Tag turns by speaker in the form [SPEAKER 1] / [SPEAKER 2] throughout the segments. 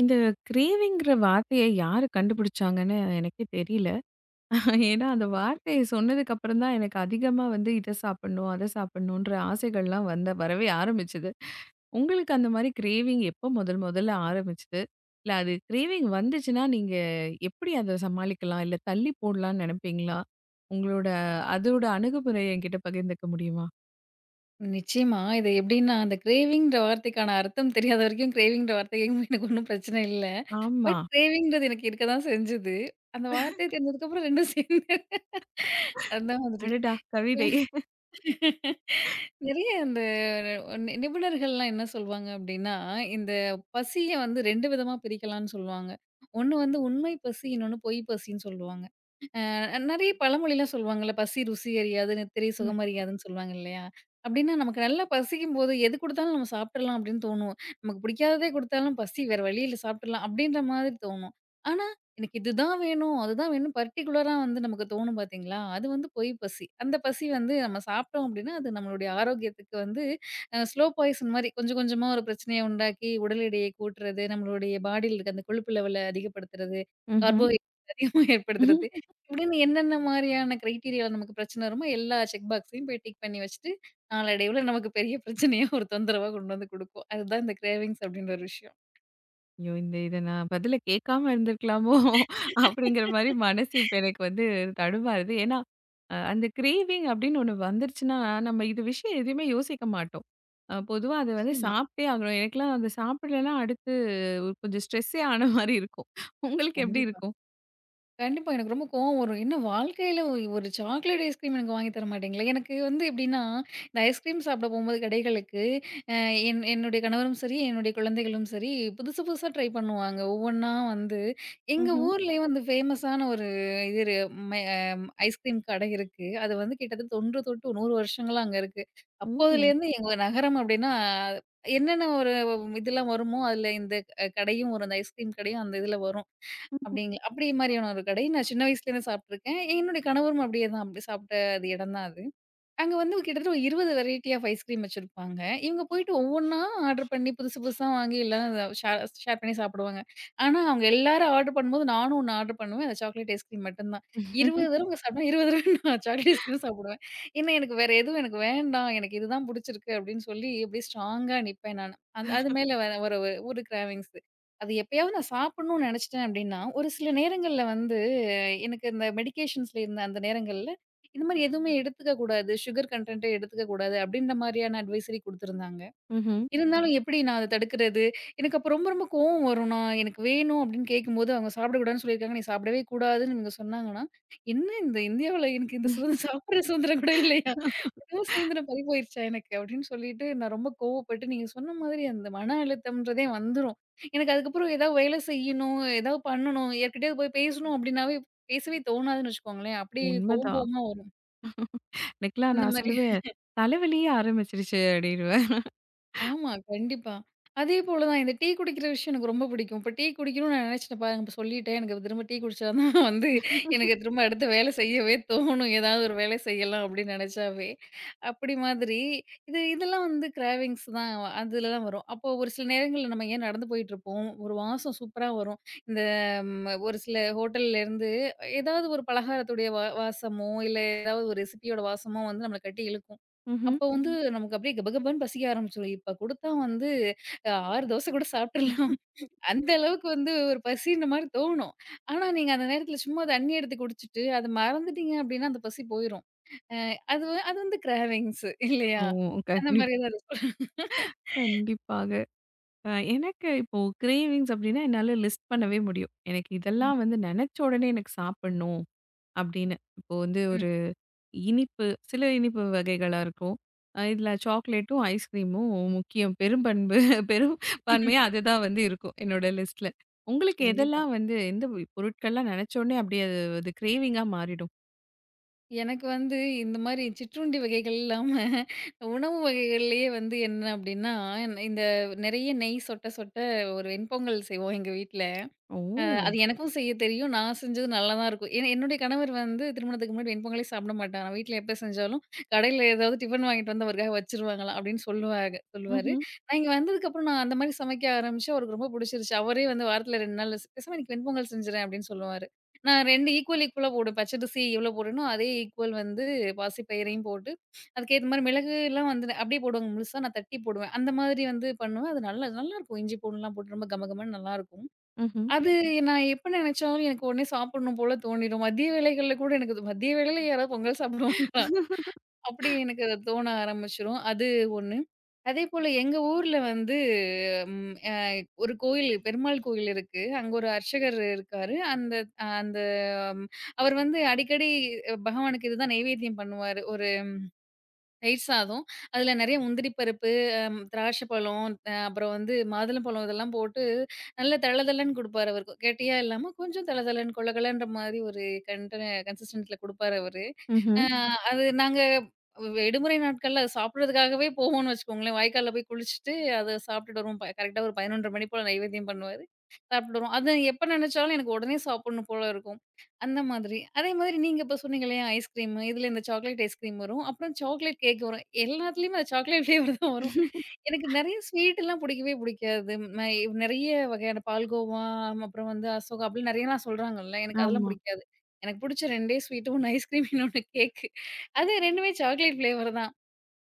[SPEAKER 1] இந்த கிரேவிங்கிற வார்த்தைய யாரு கண்டுபிடிச்சாங்கன்னு எனக்கே தெரியல. ஏன்னா, அந்த வார்த்தைய சொன்னதுக்கு அப்புறம் தான் எனக்கு அதிகமா வந்து இத சாப்பிடணும், அத சாப்பிடணுன்ற ஆசைகள்லாம் வந்த வரவே ஆரம்பிச்சது. உங்களுக்கு அந்த மாரி கிரேவிங் எப்போ முதல் முதல்ல ஆரம்பிச்சது? இல்ல அது கிரேவிங் வந்துச்சுன்னா, நீங்க எப்படி அத சமாளிக்கலாம்? இல்ல தள்ளி போடலான்னு நெனைப்பீங்களா? உங்களோட அதோட அணுகுமுறைய என்கிட்ட பகிர்ந்துக்க முடியுமா?
[SPEAKER 2] நிச்சயமா. இது எப்படின்னா, அந்த கிரேவிங்ன்ற வார்த்தைக்கான அர்த்தம் தெரியாத வரைக்கும், கிரேவிங்ன்ற வார்த்தைக்கும் எனக்கு ஒண்ணும் பிரச்சனை இல்ல.
[SPEAKER 1] ஆமா.
[SPEAKER 2] பட் கிரேவிங்ன்றது எனக்கு இருக்க தான் செஞ்சது. அந்த வார்த்தை தெரிஞ்சதுக்கப்புறம் 2ம் சேர்ந்து அந்த மாதிரி.
[SPEAKER 1] அடடா! கவிதை.
[SPEAKER 2] நிறைய அந்த நிபுணர்கள்லாம் என்ன சொல்வாங்க அப்படின்னா, இந்த பசிய வந்து 2 விதமா பிரிக்கலாம்னு சொல்லுவாங்க. ஒண்ணு வந்து உண்மை பசி, இன்னொன்னு பொய் பசின்னு சொல்லுவாங்க. நெறைய பழமொழிலாம் சொல்லுவாங்கல்ல, "பசி ருசி அறியாது, நித்திரை
[SPEAKER 1] ம்.
[SPEAKER 2] சுகம் அறியாதுன்னு" சொல்லுவாங்க இல்லையா? அப்டின்னா நமக்கு நல்லா பசிக்கும்போது எது குடுத்தாலும் நம்ம சாப்ட்றலாம் அப்டின்னு தோணும். நமக்கு பிடிக்காததே குடுத்தாலும் பசி வேற வழி இல்ல சாப்ட்றலாம் அப்டின்ற மாதிரி தோணும். ஆனா, எனக்கு இதுதான் வேணும், அதுதான் வேணும் பர்ட்டிகுலரா வந்து நமக்கு தோணும் பாத்தீங்களா? அது வந்து பொய் பசி. அந்த பசி வந்து நம்ம சாப்ட்டோம் அப்டின்னா, அது நம்மளுடைய ஆரோக்கியத்துக்கு வந்து ஸ்லோ பாய்சன் மாரி கொஞ்சம் கொஞ்சமா ஒரு பிரச்சனைய உண்டாக்கி, உடல் எடையை கூட்டுறது, நம்மளுடைய பாடியில இருக்க அந்த கொழுப்பு லெவல அதிகப்படுத்துறது,
[SPEAKER 1] ம்ஹ்ம்.
[SPEAKER 2] கார்போஹைட்ரேட் அதிகமா ஏற்படுத்துறது இப்படின்னு என்னென்ன மாரியான கிரைட்டீரியால நமக்கு பிரச்சனை வருமோ, எல்லா செக் பாக்ஸையும் போய் டிக் பண்ணி வச்சுட்டு, நாளடைவுல நமக்கு பெரிய பிரச்சனையா ஒரு தொந்தரவா கொண்டு வந்து குடுக்கும். அதுதான் இந்த கிரேவிங்ஸ் அப்படின்ற ஒரு விஷயம்.
[SPEAKER 1] ஐயோ! இத நான் பதில கேட்காம இருந்திருக்கலாமோ! அப்படிங்கிற மாரி மனசு இப்ப எனக்கு வந்து தடுமாறுது. ஏன்னா, அந்த கிரேவிங் அப்படின்னு ஒண்ணு வந்துருச்சுன்னா, நம்ம இது விஷயம் எதுவுமே யோசிக்க மாட்டோம். பொதுவா அத வந்து
[SPEAKER 2] நிச்சயமா.
[SPEAKER 1] சாப்பிட்டே ஆகணும். எனக்கெல்லாம் அத சாப்பிடலன்னா அடுத்து கொஞ்சம் ஸ்ட்ரெஸ்ஸே ஆன மாரி இருக்கும். உங்களுக்கு எப்படி
[SPEAKER 2] கண்டிப்பா.
[SPEAKER 1] இருக்கும்?
[SPEAKER 2] கண்டிப்பா. எனக்கு ரொம்ப கோவம் வரும். என்ன வாழ்க்கையில ஒரு சாக்லேட் ஐஸ்கிரீம் எனக்கு வாங்கி தர மாட்டீங்களா? எனக்கு வந்து எப்படின்னா, இந்த ஐஸ்கிரீம் சாப்பிட போம்போது கடைகளுக்கு, அ என் என்னுடைய கணவரும் சரி, என்னுடைய குழந்தைகளும் சரி, புதுசு புதுசா ட்ரை பண்ணுவாங்க. ஒவ்வொன்னா வந்து எங்க
[SPEAKER 1] ம்ஹ்ம்.
[SPEAKER 2] ஊர்லயே வந்து ஃபேமஸான ஒரு இது இரு மெ ஐஸ்கிரீம் கடை இருக்கு. அது வந்து கிட்டத்தட்ட தொன்று தொட்டு 100 வருஷங்களா அங்க இருக்கு.
[SPEAKER 1] ம்.
[SPEAKER 2] அப்போதுலேருந்து எங்க நகரம் அப்படின்னா, என்னென்ன ஒரு இதெல்லாம் வருமோ, அதுல இந்த கடையும் வரும். அந்த ஐஸ்கிரீம் கடையும் அந்த இதுல வரும். அப்படிங்களா? அப்படி மாதிரியான ஒரு கடை. நான் சின்ன வயசுலேருந்து சாப்பிட்டுருக்கேன். என்னுடைய கணவரும் அப்படியே தான் அப்படி சாப்பிட்ட அது இடம் தான் அது. அங்க வந்து கிட்டத்தட்ட ஒரு 20 வெரைட்டி ஆஃப் ஐஸ்கிரீம் வச்சிருப்பாங்க. இவங்க போயிட்டு ஒவ்வொன்னா ஆர்டர் பண்ணி புதுசு புதுசா வாங்கி எல்லாம் ஷேர் ஷேர் பண்ணி சாப்பிடுவாங்க. ஆனா, அவங்க எல்லாரும் ஆர்டர் பண்ணும்போது நானும் ஒண்ணு ஆர்டர் பண்ணுவேன். அது சாக்லேட் ஐஸ்கிரீம் மட்டும் தான். 20 தடவ சாப்பிட்டா 20 தடவ நான் சாக்லேட் ஐஸ்கிரீம் சாப்பிடுவேன். ஏன்னா, எனக்கு வேற எதுவும் எனக்கு வேண்டாம். எனக்கு இதுதான் புடிச்சிருக்கு அப்படின்னு சொல்லி அப்படியே ஸ்ட்ராங்கா நிப்பேன் நானு. அந்த அது மேல வர வர ஒரு ஒரு கிராவிங்ஸ். அது எப்பயாவது நான் சாப்பிடணும்னு நெனச்சுட்டேன் அப்படின்னா, ஒரு சில நேரங்கள்ல வந்து எனக்கு இந்த மெடிகேஷன்ஸ்ல இருந்த அந்த நேரங்கள்ல இந்த மாரி எதுவுமே எடுத்துக்க கூடாது. சுகர் கன்டென்ட்டே எடுத்துக்க கூடாது அப்டின்ற மாரியான அட்வைசரி குடுத்துருந்தாங்க.
[SPEAKER 1] ம்ஹ்ம்.
[SPEAKER 2] இருந்தாலும் எப்படி நான் அத தடுக்கிறது? எனக்கு அப்ப ரொம்ப ரொம்ப கோவம் வரும். நான் எனக்கு வேணும் அப்படின்னு கேட்கும்போது, அவங்க சாப்பிடக்கூடாதுன்னு சொல்லியிருக்காங்க. நீ சாப்பிடவே கூடாதுன்னு இவங்க சொன்னாங்கன்னா, என்ன இந்த இந்தியாவுல எனக்கு இந்த சுதந்திரம் சாப்பிடுற சுதந்திரம் கூட இல்லையா? என்னமோ சுதந்திரம் பறி போயிருச்சா எனக்கு அப்படின்னு சொல்லிட்டு நான் ரொம்ப கோவப்பட்டு நீங்க சொன்ன மாதிரி அந்த மன அழுத்தம்ன்றதே வந்துரும். எனக்கு அதுக்கப்புறம் ஏதாவது வேலை செய்யணும், ஏதாவது பண்ணணும், யார்கிட்டயாவது போய் பேசணும் அப்படின்னாவே பேசவே தோணாதுன்னு வச்சுக்கோங்களேன். அப்படியே கோவம்
[SPEAKER 1] உண்மதான்.
[SPEAKER 2] கோவமா வரும்.
[SPEAKER 1] எனக்கெல்லாம்
[SPEAKER 2] அந்த
[SPEAKER 1] நான்
[SPEAKER 2] மாரி.
[SPEAKER 1] சொல்லுவேன், தலைவலியே ஆரம்பிச்சுருச்சு அப்படின்னுவேன்.
[SPEAKER 2] ஆமா, கண்டிப்பா. அதேபோல தான் இந்த டீ குடிக்கிற விஷயம் எனக்கு ரொம்ப பிடிக்கும். இப்ப டீ குடிக்கணும்னு நான் நினைச்சுட்டேன் பாருங்க, இப்ப சொல்லிட்டேன். எனக்கு திரும்ப டீ குடிச்சா தான் வந்து எனக்கு திரும்ப அடுத்த வேலை செய்யவே தோணும். ஏதாவது ஒரு வேலை செய்யலாம் அப்படின்னு நெனைச்சாவே. அப்படி மாதிரி இது இதெல்லாம் வந்து கிராவிங்ஸ் தான் அதுலலாம் வரும். அப்போ ஒரு சில நேரங்கள்ல நம்ம ஏன் நடந்து போயிட்டுருப்போம். ஒரு வாசம் சூப்பரா வரும். இந்த ஒரு சில ஹோட்டல்லேருந்து ஏதாவது ஒரு பலகாரத்துடைய வாசமோ, இல்ல ஏதாவது ஒரு ரெசிபியோட வாசமோ வந்து நம்மள கட்டி இழுக்கும்.
[SPEAKER 1] ம்ஹ்ம்.
[SPEAKER 2] அப்போ வந்து நமக்கு அப்படியே கபகபன்னு பசிக்க ஆரம்பிச்சுரும். இப்ப குடுத்தா வந்து 6 தோசை கூட சாப்ட்டுறலாம். அந்த அளவுக்கு வந்து ஒரு பசின்ற மாரி தோணும். ஆனா, நீங்க அந்த நேரத்துல சும்மா தண்ணி எடுத்து குடிச்சுட்டு, அத மறந்துட்டீங்க அப்படின்னா அந்த பசி போயிரும். அ அது வ அது வந்து கிராவிங்ஸ் இல்லையா?
[SPEAKER 1] ஓ!
[SPEAKER 2] அந்த
[SPEAKER 1] கண்டிப்
[SPEAKER 2] மாரி தான் அது சொல்றேன்.
[SPEAKER 1] கண்டிப்பாக. எனக்கு இப்போ கிரேவிங்ஸ் அப்டின்னா, என்னால லிஸ்ட் பண்ணவே முடியும். எனக்கு
[SPEAKER 2] ம்.
[SPEAKER 1] இதெல்லாம் வந்து நெனச்ச உடனே எனக்கு சாப்பிடணும் அப்டின்னு. இப்போ வந்து
[SPEAKER 2] ம்.
[SPEAKER 1] ஒரு இனிப்பு, சில இனிப்பு வகைகளா இருக்கும். இதுல சாக்லேட்டும், ஐஸ்கிரீமும் முக்கியம். பெரும்பண்பு பெரும் பான்மையா அதுதான் வந்து இருக்கும் என்னோட லிஸ்ட்ல. உங்களுக்கு
[SPEAKER 2] கண்டிப்பா.
[SPEAKER 1] எதெல்லாம் வந்து எந்த பொருட்கள்லாம் நெனச்ச உடனே அப்டியே அது அது கிரேவிங்கா மாறிடும்?
[SPEAKER 2] எனக்கு வந்து இந்த மாரி சிற்றுண்டி வகைகள் இல்லாம, உணவு வகைகள்லயே வந்து என்ன அப்படின்னா, இந்த நெறைய நெய் சொட்ட சொட்ட ஒரு வெண்பொங்கல் செய்வோம் எங்க வீட்ல.
[SPEAKER 1] ஓ!
[SPEAKER 2] அது எனக்கும் செய்ய தெரியும். நான் செஞ்சது நல்லா தான் இருக்கும். ஏன்னா என்னுடைய கணவர் வந்து திருமணத்துக்கு முன்னாடி வெண்பொங்கலே சாப்பிட மாட்டாராம். வீட்ல எப்ப செஞ்சாலும், கடையில ஏதாவது டிஃபன் வாங்கிட்டு வந்து அவருக்காக வச்சுருவாங்களாம் அப்படின்னு சொல்லுவாரு சொல்லுவாரு.
[SPEAKER 1] ம்ஹ்ம்.
[SPEAKER 2] நான் இங்க வந்ததுக்கப்புறம் நான் அந்த மாரி சமைக்க ஆரம்பிச்சேன். அவருக்கு ரொம்ப புடிச்சிருச்சு. அவரே வந்து வாரத்துல 2 நாள் பேசாம இன்னைக்கு வெண்பொங்கல் செஞ்சுறேன் அப்படின்னு சொல்லுவாரு. நான் 2 ஈக்குவல் ஈக்குவலா போடுவேன். பச்சரிசி எவ்வளோ போடுறேனோ அதே ஈக்குவல் வந்து பாசிப்பயிரையும் போட்டு, அதுக்கேத்த மாரி மிளகுலாம் வந்து அப்படியே போடுவாங்க முழுசா. நான் தட்டி போடுவேன். அந்த மாதிரி வந்து பண்ணுவேன். அது நல்லா நல்லாருக்கும். இஞ்சி பூண்டுலாம் போட்டு ரொம்ப கம கமன்னு நல்லாருக்கும்.
[SPEAKER 1] ம்ஹ்ம்.
[SPEAKER 2] அது நான் எப்ப நினைச்சாலும் எனக்கு உடனே சாப்பிடணும் போல தோணிடும். மதிய வேளைகள்ல கூட எனக்கு அது மதிய வேளையில யாராவது பொங்கல் சாப்பிடுவாங்களா? அப்படி எனக்கு அது தோண ஆரம்பிச்சுரும். அது ஒண்ணு. அதேபோல எங்க ஊர்ல வந்து ம் அ ஒரு கோயில் பெருமாள் கோயில் இருக்கு. அங்க ஒரு அர்ச்சகர் இருக்காரு. அந்த அந்த ம், அவர் வந்து அடிக்கடி பகவானுக்கு இதுதான் நெய்வேத்தியம் பண்ணுவாரு. ஒரு தயிர் சாதம். அதுல நெறைய முந்திரி பருப்பு, திராட்சை பழம், அப்புறம் வந்து மாதுளம்பழம் இதெல்லாம் போட்டு நல்லா தளதளன்னு குடுப்பாரு அவரு. கெட்டியா இல்லாம கொஞ்சம் தளதளன்னு கொழகொழன்ற மாரி ஒரு கண்ட கன்சிஸ்டன்ட்ல குடுப்பாரு அவரு. அ
[SPEAKER 1] ம்ஹ்ம்.
[SPEAKER 2] ம். அது நாங்க விடுமுறை நாட்கள்ல அத சாப்பிடுறதுக்காகவே போவோம்னு வச்சுக்கோங்களேன். வாய்க்கால்ல போய் குளிச்சுட்டு அத சாப்பிட்டுட்டு வருவோம். கரெக்ட்டா ஒரு 11:30 மணி போல நைவேத்தியம் பண்ணுவாரு. சாப்பிட்டுட்டு வருவோம். அது எப்ப நெனச்சாலும் எனக்கு உடனே சாப்பிடணும் போல இருக்கும். அந்த மாதிரி. அதே மாதிரி நீங்க இப்ப சொன்னீங்க இல்லையா, ஐஸ்கிரீம் இதுல இந்த சாக்லேட் ஐஸ்கிரீம் வரும். அப்புறம் சாக்லேட் கேக் வரும். எல்லாத்துலயுமே அது சாக்லேட் ஃப்ளேவர் தான் வரும். எனக்கு நெறைய ஸ்வீட்லாம் புடிக்கவே புடிக்காது. நெறைய வகையான பால்கோவா, அப்புறம் வந்து அசோகா அப்படி நெறையலாம் சொல்றாங்கல்ல. எனக்கு அதெல்லாம்
[SPEAKER 1] ஆமா.
[SPEAKER 2] புடிக்காது. எனக்கு புடிச்ச 2டே ஸ்வீட்டு ஒண்ணு ஐஸ்கிரீம் இன்னொன்னு கேக்கு. அது 2மே சாக்லேட் ஃப்ளேவர் தான்.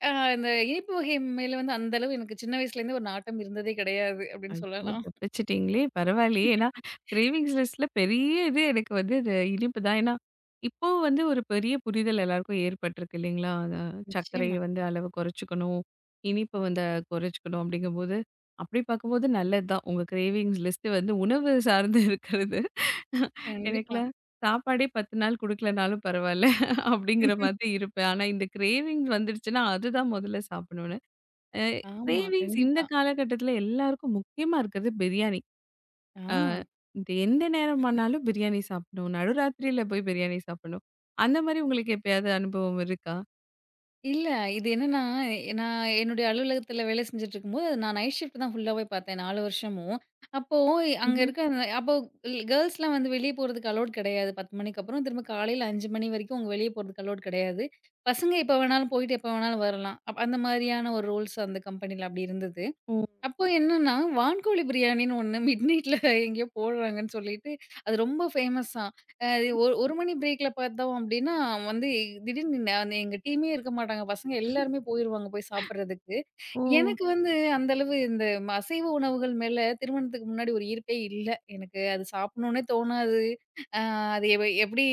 [SPEAKER 2] அ இந்த இனிப்பு வகை மேல வந்து அந்த அளவு எனக்கு சின்ன வயசுலேருந்தே ஒரு நாட்டம் இருந்ததே கிடையாது அப்படின்னு
[SPEAKER 1] ஐயோ!
[SPEAKER 2] சொல்லலாம்.
[SPEAKER 1] தப்பிச்சிட்டீங்களே! பரவாயில்லையே! ஏன்னா, கிரேவிங்ஸ் லிஸ்ட்ல பெரிய இது எனக்கு வந்து அது இனிப்பு தான். ஏன்னா, இப்போ வந்து ஒரு பெரிய புரிதல் எல்லாருக்கும் ஏற்பட்டிருக்கு இல்லைங்களா? அத
[SPEAKER 2] நிச்சயமா.
[SPEAKER 1] சர்க்கரைய வந்து அளவு குறைச்சுக்கணும். இனிப்ப வந்து குறைச்சுக்கணும் அப்படிங்கும்போது, அப்படி பார்க்கும்போது நல்லது தான். உங்க கிரேவிங்ஸ் லிஸ்ட் வந்து உணவு சார்ந்து இருக்கிறது.
[SPEAKER 2] கண்டிப்பா.
[SPEAKER 1] எனக்கெல்லாம் சாப்பாடே 10 நாள் குடுக்கலனாலும் பரவாயில்ல அப்படிங்கிற மாதிரி இருப்பேன். ஆனா, இந்த கிரேவிங்ஸ் வந்துடுச்சுன்னா, அதுதான் முதல்ல சாப்பிடணும். அ
[SPEAKER 2] ஆமா,
[SPEAKER 1] கிரேவிங்ஸ் இந்த
[SPEAKER 2] கண்டிப்பா.
[SPEAKER 1] காலகட்டத்தில எல்லாருக்கும் முக்கியமா இருக்கிறது பிரியாணி.
[SPEAKER 2] ஆ.
[SPEAKER 1] அ இது எந்த நேரமானாலும் பிரியாணி சாப்பிடணும். நடுராத்திரியில போய் பிரியாணி சாப்பிடணும். அந்த மாரி உங்களுக்கு எப்பயாவது அனுபவம் இருக்கா?
[SPEAKER 2] இல்ல. இது என்னன்னா, நான் என்னுடைய அலுவலகத்தில வேலை செஞ்சுட்டு இருக்கும்போது, நான் நைட் ஷிஃப்ட் தான் ஃபுல்லாவே பார்த்தேன் 4 வருஷமும். அப்போ அங்க
[SPEAKER 1] ம்ஹ்ம்.
[SPEAKER 2] இருக்க அப்போ கேர்ல்ஸ்லாம் வந்து வெளிய போறதுக்கு அலோட் கிடையாது. 10 மணிக்கு அப்புறம் திரும்ப காலையில 5 மணி வரைக்கும் அவங்க வெளிய போறதுக்கு அலோட் கிடையாது. பசங்க எப்ப வேணாலும் போயிட்டு எப்ப வேணாலும் வரலாம். அந்த மாதிரியான ஒரு ரூல்ஸ் அந்த கம்பெனில அப்படி இருந்தது.
[SPEAKER 1] ஓ!
[SPEAKER 2] அப்போ என்னன்னா, வான்கோழி பிரியாணின்னு ஒண்ணு மிட் நைட்ல எங்கேயோ போடுறாங்கன்னு சொல்லிட்டு, அது ரொம்ப ஃபேமஸாம். அ ஒ 1 மணி பிரேக்ல பார்த்தோம் அப்டின்னா, வந்து திடீர்னு ந எங்க டீமே இருக்க மாட்டாங்க. பசங்க எல்லாருமே போயிருவாங்க போய் சாப்பிடுறதுக்கு.
[SPEAKER 1] ஓ!
[SPEAKER 2] எனக்கு வந்து அந்த அளவு இந்த அசைவ உணவுகள் மேல திருமணத்துக்கு முன்னாடி ஒரு ஈர்ப்பே இல்ல. எனக்கு அது சாப்பிடணும்னே தோணாது. அ அது எ எப்படி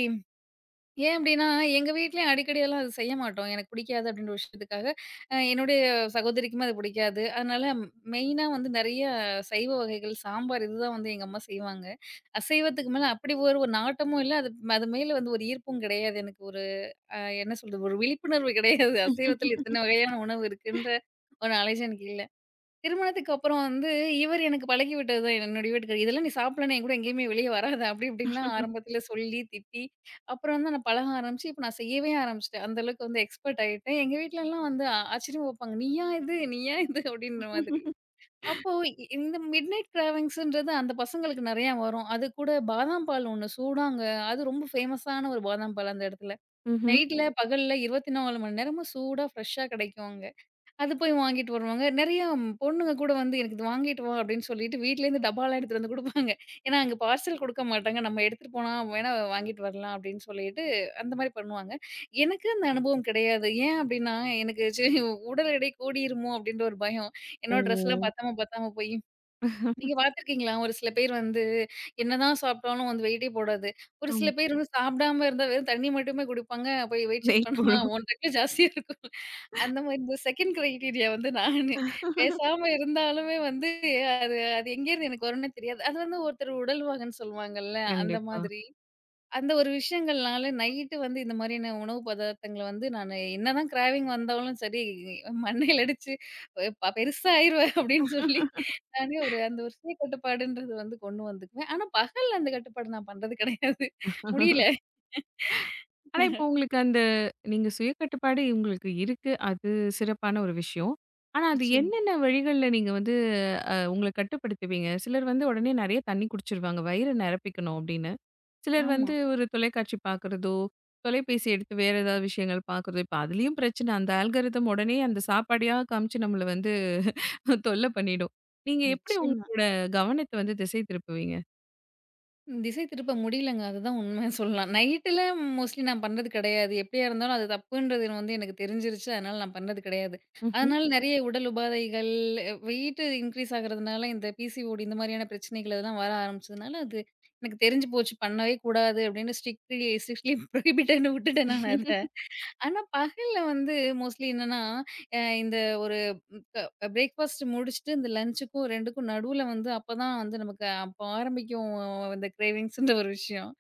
[SPEAKER 2] ஏன் அப்டின்னா, எங்க வீட்லயும் அடிக்கடிலாம் அது செய்ய மாட்டோம். எனக்கு பிடிக்காது அப்டின்ற விஷயத்துக்காக, என்னுடைய சகோதரிக்குமே அது பிடிக்காது. அதனால மெயினா வந்து நெறைய சைவ வகைகள், சாம்பார் இதுதான் வந்து எங்க அம்மா செய்வாங்க. அசைவத்துக்கு மேல அப்படி ஒரு ஒரு நாட்டமும் இல்ல. அது அது மேல வந்து ஒரு ஈர்ப்பும் கிடையாது. எனக்கு ஒரு அ என்ன சொல்றது? ஒரு விழிப்புணர்வு கிடையாது. அசைவத்தில இத்தன வகையான உணவு இருக்குன்ற ஒரு நாலேட்ஜ் எனக்கு இல்ல. திருமணத்துக்கு அப்புறம் வந்து இவர் எனக்கு பழக்கி விட்டது தான் என்னுடைய வீட்டுக்காரர். இதெல்லாம் நீ சாப்பிடலன்னா என்கூட எங்கேயுமே வெளிய வராத. அப்படி இப்படின்லாம் ஆரம்பத்தில சொல்லி, திட்டி, அப்புறம் வந்து நான் பழக ஆரம்பிச்சு, இப்ப நான் செய்யவே ஆரம்பிச்சுட்டேன். அந்த அளவுக்கு வந்து எக்ஸ்பர்ட் ஆயிட்டேன். எங்க வீட்லலாம் வந்து ஆச்சரியமா பார்ப்பாங்க. "நீயா இது? நீயா இது?" அப்படின்ற மாதிரி. அப்போ இ இந்த மிட்நைட் கிராவிங்ஸ்ன்றது அந்த பசங்களுக்கு நெறையா வரும். அது கூட பாதாம் பால் ஒண்ணு சூடாங்க அது ரொம்ப ஃபேமஸான ஒரு பாதாம் பால் அந்த இடத்துல.
[SPEAKER 1] ம்ஹ்ம்.
[SPEAKER 2] நைட்ல, பகல்ல 24 மணி நேரமும் சூடா, ஃப்ரெஷ்ஷா கிடைக்கும் அங்க. அது போய் வாங்கிட்டு வருவாங்க. நெறைய பொண்ணுங்க கூட வந்து எனக்கு இது வாங்கிட்டு வா அப்படின்னு சொல்லிட்டு வீட்லேருந்து டப்பாலாம் எடுத்துட்டு வந்து குடுப்பாங்க. ஏன்னா அங்க பார்சல் குடுக்க மாட்டாங்க. நம்ம எடுத்துட்டு போனா வேணா வாங்கிட்டு வரலாம் அப்படின்னு சொல்லிட்டு அந்த மாரி பண்ணுவாங்க. எனக்கு அந்த அனுபவம் கிடையாது. ஏன் அப்படின்னா எனக்கு சரி உடல் எடை கூடிருமோ அப்படின்ற ஒரு பயம்.
[SPEAKER 1] ஓ!
[SPEAKER 2] என்னோட ட்ரெஸ்லாம் பத்தாம பத்தாம போய் நீங்க பார்த்துருக்கீங்களா? ஒரு சில பேர் வந்து என்னதான் சாப்பிட்டாலும் வந்து வெயிட்டே போடாது. ஒரு
[SPEAKER 1] ஆமா.
[SPEAKER 2] சில பேர் வந்து சாப்பிடாம இருந்தா வெறும் தண்ணி மட்டுமே குடிப்பாங்க. போய் வெயிட் செக்
[SPEAKER 1] வெயிட்
[SPEAKER 2] பண்ணா
[SPEAKER 1] போடும்.
[SPEAKER 2] 1 ரெட்ல ஜாஸ்தியா இருக்கும். அந்த மாரி இந்த செகண்ட் கிரைட்டீரியா வந்து நானு. பேசாம இருந்தாலுமே வந்து அது அது எங்கேருந்து எனக்கு வரும்னே தெரியாது. அது வந்து ஒருத்தர் உடல் வாகன்னு சொல்லுவாங்கல்ல அந்த
[SPEAKER 1] கண்டிப்பா.
[SPEAKER 2] மாதிரி. அந்த ஒரு விஷயங்கள்னால நைட்டு வந்து இந்த மாதிரியான உணவு பதார்த்தங்கள வந்து நானு என்னதான் கிராவிங் வந்தாலும் சரி, மண்டையில அடிச்சு பெ ப பெருசா ஆயிருவேன் அப்படின்னு சொல்லி நானே ஒரு அந்த ஒரு சுய கட்டுப்பாடுன்றது வந்து கொண்டு வந்துக்குவேன். ஆனா பகல்ல அந்த கட்டுப்பாடு நான் பண்றது கிடையாது. முடியல.
[SPEAKER 1] ஆனா, இப்போ உங்களுக்கு அந்த நீங்க சுயக்கட்டுப்பாடு உங்களுக்கு இருக்கு. அது சிறப்பான ஒரு விஷயம். ஆனா, அது
[SPEAKER 2] நிச்சயமா.
[SPEAKER 1] என்னென்ன வழிகள்ல நீங்க வந்து உங்கள கட்டுப்படுத்துவீங்க? சிலர் வந்து உடனே நெறைய தண்ணி குடிச்சிருவாங்க, வயிறு நெரப்பிக்கணும் அப்படின்னு. சிலர்
[SPEAKER 2] ஆமா.
[SPEAKER 1] வந்து ஒரு தொலைக்காட்சி பார்க்குறதோ, தொலைபேசி எடுத்து வேற ஏதாவது விஷயங்கள் பார்க்குறதோ, இப்ப அதுலயும் பிரச்சனை. அந்த ஆல்காரிதம் உடனே அந்த சாப்பாடையா காமிச்சு நம்மள வந்து தொல்ல பண்ணிடும். நீங்க எப்படி
[SPEAKER 2] நிச்சயமா.
[SPEAKER 1] உங்களோட கவனத்த வந்து திசை திருப்புவீங்க?
[SPEAKER 2] திசை திருப்ப முடியலங்க. அதுதான் உண்மை சொல்லலாம். நைட்ல மோஸ்ட்லி நான் பண்றது கிடையாது. எப்படியா இருந்தாலும் அது தப்புன்றது வந்து எனக்கு தெரிஞ்சிருச்சு. அதனால நான் பண்ணது கிடையாது.
[SPEAKER 1] ம்ஹ்ம்.
[SPEAKER 2] அதனால நெறைய உடல் உபாதைகள், வெயிட் இன்க்ரீஸ் ஆகுறதுனால இந்த பிசிஓடி இந்த மாதிரியான பிரச்சனைகள் அதெல்லாம் வர ஆரம்பிச்சதுனால, அது எனக்கு தெரிஞ்சு போச்சு. பண்ணவே கூடாது அப்படின்னு ஸ்ட்ரிக்ட்லி ஸ்ட்ரிக்ட்லி ப்ரோஹிபிட்டட்ன்னு விட்டுட்டேன் நான் அத. ஆனா, பகல்ல வந்து மோஸ்ட்லி என்னன்னா, அ இந்த ஒரு க பிரேக்ஃபாஸ்ட் முடிச்சுட்டு, இந்த லஞ்சுக்கும் 2க்கும் நடுவுல வந்து அப்பதான் வந்து நமக்கு அப்ப ஆரம்பிக்கும் இந்த கிரேவிங்ஸ்ன்ற ஒரு விஷயம்.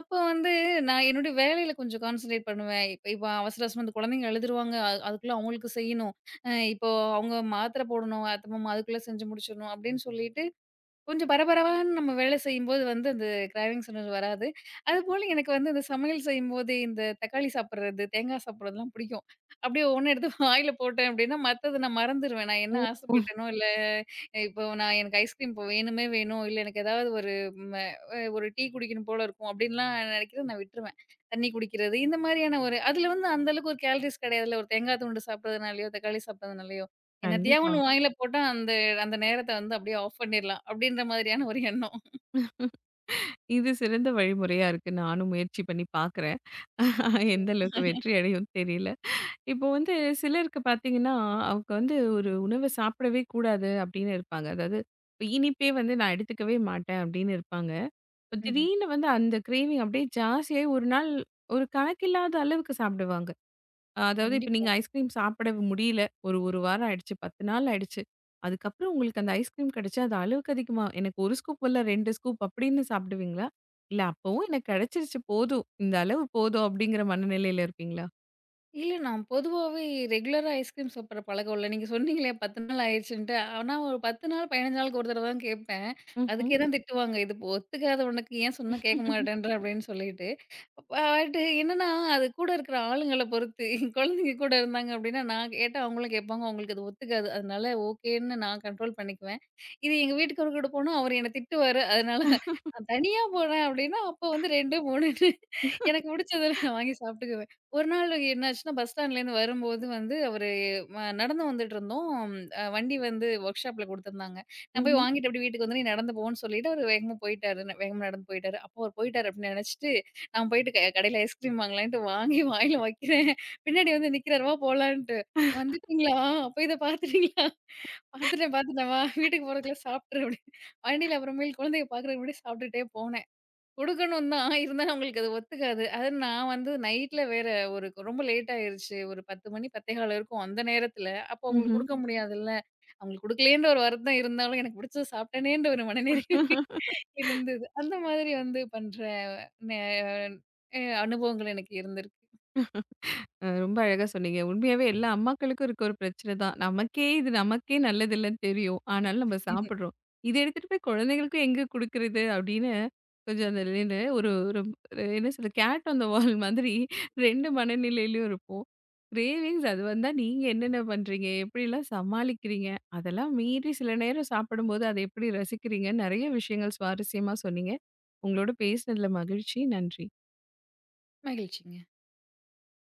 [SPEAKER 2] அப்போ வந்து நான் என்னுடைய வேலையில கொஞ்சம் கான்சன்ட்ரேட் பண்ணுவேன். இப்ப இப்ப அவசர அவசரமா இந்த குழந்தைங்க அழுதுருவாங்க. அதுக்குள்ள அவங்களுக்கு செய்யணும். இப்போ அவங்க மாத்திரை போடணும், அத்த மாமா அதுக்குள்ள செஞ்சு முடிச்சிடணும் அப்படின்னு சொல்லிட்டு கொஞ்சம் பரபரன்னு நம்ம வேலை செய்யும்போது வந்து அந்த கிராவிங் உணர்வு வராது. அதுபோல எனக்கு வந்து அந்த சமையல் செய்யும்போது இந்த தக்காளி சாப்பிடுறது, தேங்காய் சாப்பிடுறதெல்லாம் பிடிக்கும். அப்படியே ஒவ்வொண்ணு எடுத்து வாயில போட்டேன் அப்படின்னா, மத்தத நான் மறந்துருவேன். நான் என்ன
[SPEAKER 1] ஓ!
[SPEAKER 2] ஆசைப்பட்டேனோ, இல்ல இப்போ நான் எனக்கு ஐஸ்கிரீம் இப்போ வேணுமே வேணும், இல்ல எனக்கு ஏதாவது ஒரு ம அ ஒரு டீ குடிக்கணும் போல இருக்கும் அப்படின்லாம் நினைக்கிறது நான் விட்டுருவேன். தண்ணி குடிக்கிறது இந்த மாதிரியான ஒரு அதில வந்து அந்த அளவுக்கு ஒரு கேலரீஸ் கிடையாதுல்ல. ஒரு தேங்காய் துண்டு சாப்பிடுறதுனாலயோ, தக்காளி சாப்பிடுறதுனாலயோ என்னத்தையா
[SPEAKER 1] கண்டிப்பா.
[SPEAKER 2] ஒண்ணு வாயில போட்டா, அந்த அந்த நேரத்த வந்து அப்படியே ஆஃப் பண்ணிரலாம். அப்படின்ற மாதிரியான ஒரு எண்ணம்.
[SPEAKER 1] இது சிறந்த வழிமுறையா இருக்கு. நானும் முயற்சி பண்ணி பார்க்குறேன். எந்த
[SPEAKER 2] நிச்சயமா.
[SPEAKER 1] அளவுக்கு வெற்றி அடையும் தெரியல. இப்போ வந்து சிலருக்கு பார்த்தீங்கன்னா, அவங்க வந்து ஒரு உணவ சாப்பிடவே கூடாது அப்படின்னு இருப்பாங்க. அதாவது இப்ப இனிப்பே வந்து நான் எடுத்துக்கவே மாட்டேன் அப்படின்னு இருப்பாங்க. இப்ப
[SPEAKER 2] ம்ஹ்ம்.
[SPEAKER 1] திடீர்னு வந்து அந்த கிரேவிங் அப்படியே ஜாஸ்தியாயி ஒரு நாள் ஒரு கணக்கில்லாத அளவுக்கு சாப்பிடுவாங்க. அதாவது இப்ப
[SPEAKER 2] கண்டிப்பா.
[SPEAKER 1] நீங்க ஐஸ்கிரீம் சாப்பிட முடியல. ஒரு 1 வாரம் ஆயிடுச்சு, 10 நாள் ஆயிடுச்சு. அதுக்கப்புறம் உங்களுக்கு அந்த ஐஸ்கிரீம் கிடைச்சா, அது அளவுக்கு அதிகமா எனக்கு 1 ஸ்கூப் இல்ல 2 ஸ்கூப் அப்படின்னு சாப்பிடுவீங்களா? இல்ல அப்பவும் எனக்கு கிடைச்சிருச்சு போதும். இந்த அளவு போதும் அப்படிங்கிற மனநிலையில இருப்பீங்களா?
[SPEAKER 2] இல்ல நான் பொதுவாவே ரெகுலரா ஐஸ்கிரீம் சாப்பிடுற பழக்கம் இல்ல. நீங்க சொன்னீங்களே 10 நாள் ஆயிருச்சுன்ட்டு. ஆனா ஒரு 10 நாள், 15 நாளுக்கு ஒரு தடவ தான் கேட்பேன்.
[SPEAKER 1] ம்ஹ்ம்.
[SPEAKER 2] அதுக்கே தான் திட்டுவாங்க. "இது இப்போ ஒத்துக்காத உனக்கு ஏன் சொன்னா கேட்க மாட்டேன்ற" அப்படின்னு சொல்லிட்டு. பட் என்னன்னா, அது கூட இருக்கிற ஆளுங்கள பொறுத்து. என் குழந்தைங்க கூட இருந்தாங்க அப்படின்னா, நான் கேட்டா அவங்களும் கேட்பாங்க. அவங்களுக்கு அது ஒத்துக்காது. அதனால ஓகேன்னு நான் கண்ட்ரோல் பண்ணிக்குவேன். இது எங்க வீட்டுக்காரர் கூட போனா அவர் என்ன திட்டுவாரு. அதனால நான் தனியா போனேன் அப்படின்னா, அப்போ வந்து 2, 3 எனக்கு பிடிச்சத நான் வாங்கி சாப்பிட்டுக்குவேன். ஒரு நாள் என்னாச்சுன்னா, பஸ் ஸ்டாண்ட்லேருந்து வரும்போது வந்து அவரு நடந்து வந்துட்டுருந்தோம். வண்டி வந்து ஒர்க் ஷாப்ல குடுத்துருந்தாங்க. நான் போய்
[SPEAKER 1] ம்ஹ்ம்.
[SPEAKER 2] வாங்கிட்டு அப்படியே வீட்டுக்கு வந்துட்டு, "நீ நடந்து போன்னு" சொல்லிட்டு அவரு வேகமா போயிட்டாரு. வேகமா நடந்து போயிட்டாரு. அப்போ அவரு போயிட்டாரு அப்படின்னு நெனச்சுட்டு, நான் போயிட்டு கடையில ஐஸ்கிரீம் வாங்கலான்ட்டு வாங்கி வாயில வைக்கிறேன். பின்னாடி வந்து நிக்கிறாரு, "வா போலான்ட்டு." "வந்துட்டீங்களா? அப்ப இத பாத்துட்டீங்களா?" "பாத்துட்டேன், பாத்துட்டேன். வா வீட்டுக்கு போறதுக்குள்ள சாப்ட்ரு" அப்படின்னு. வண்டியில அப்புறமேல் குழந்தைய பாக்குறதுக்கு முன்னாடி சாப்ட்டுட்டே போனேன். குடுக்கணும் தான். இருந்தாலும் அவங்களுக்கு அது ஒத்துக்காது. அது நான் வந்து நைட்ல வேற ஒரு ரொம்ப லேட் ஆயிருச்சு. ஒரு 10:00 மணி 10:15 இருக்கும். அந்த நேரத்துல அப்போ அவங்களுக்கு
[SPEAKER 1] ம்ஹ்ம்.
[SPEAKER 2] குடுக்க முடியாதுல்ல. அவங்களுக்கு குடுக்கலயேன்ற ஒரு வருத்தம் இருந்தாலும், எனக்கு பிடிச்சத சாப்பிட்டேனேன்ற ஒரு மனநிறைவு இருந்தது. அந்த மாதிரி வந்து பண்ற நே அ அனுபவங்கள் எனக்கு இருந்திருக்கு.
[SPEAKER 1] ரொம்ப அழகா சொன்னீங்க. உண்மையாவே எல்லா அம்மாக்களுக்கும் இருக்க ஒரு பிரச்சனை தான். நமக்கே நல்லது இல்லன்னு தெரியும். ஆனாலும் நம்ம சாப்பிடுறோம். இத எடுத்துட்டு போய் குழந்தைகளுக்கும் எங்க குடுக்குறது அப்படின்னு கொஞ்சம் அந்த என்ன ஒரு ஒரு என்ன சொல்றது கேட் ஆன் த வால் மாதிரி 2 மனநிலையிலயும் இருப்போம். கிரேவிங்ஸ் அது வந்தா நீங்க என்னென்ன பண்றீங்க? எப்படிலாம் சமாளிக்கிறீங்க? அதெல்லாம் மீறி சில நேரம் சாப்பிடும்போது அதை எப்படி ரசிக்கிறீங்க? நெறைய விஷயங்கள் சுவாரஸ்யமா சொன்னீங்க. உங்களோட பேசினதுல மகிழ்ச்சி. நன்றி.
[SPEAKER 2] மகிழ்ச்சிங்க.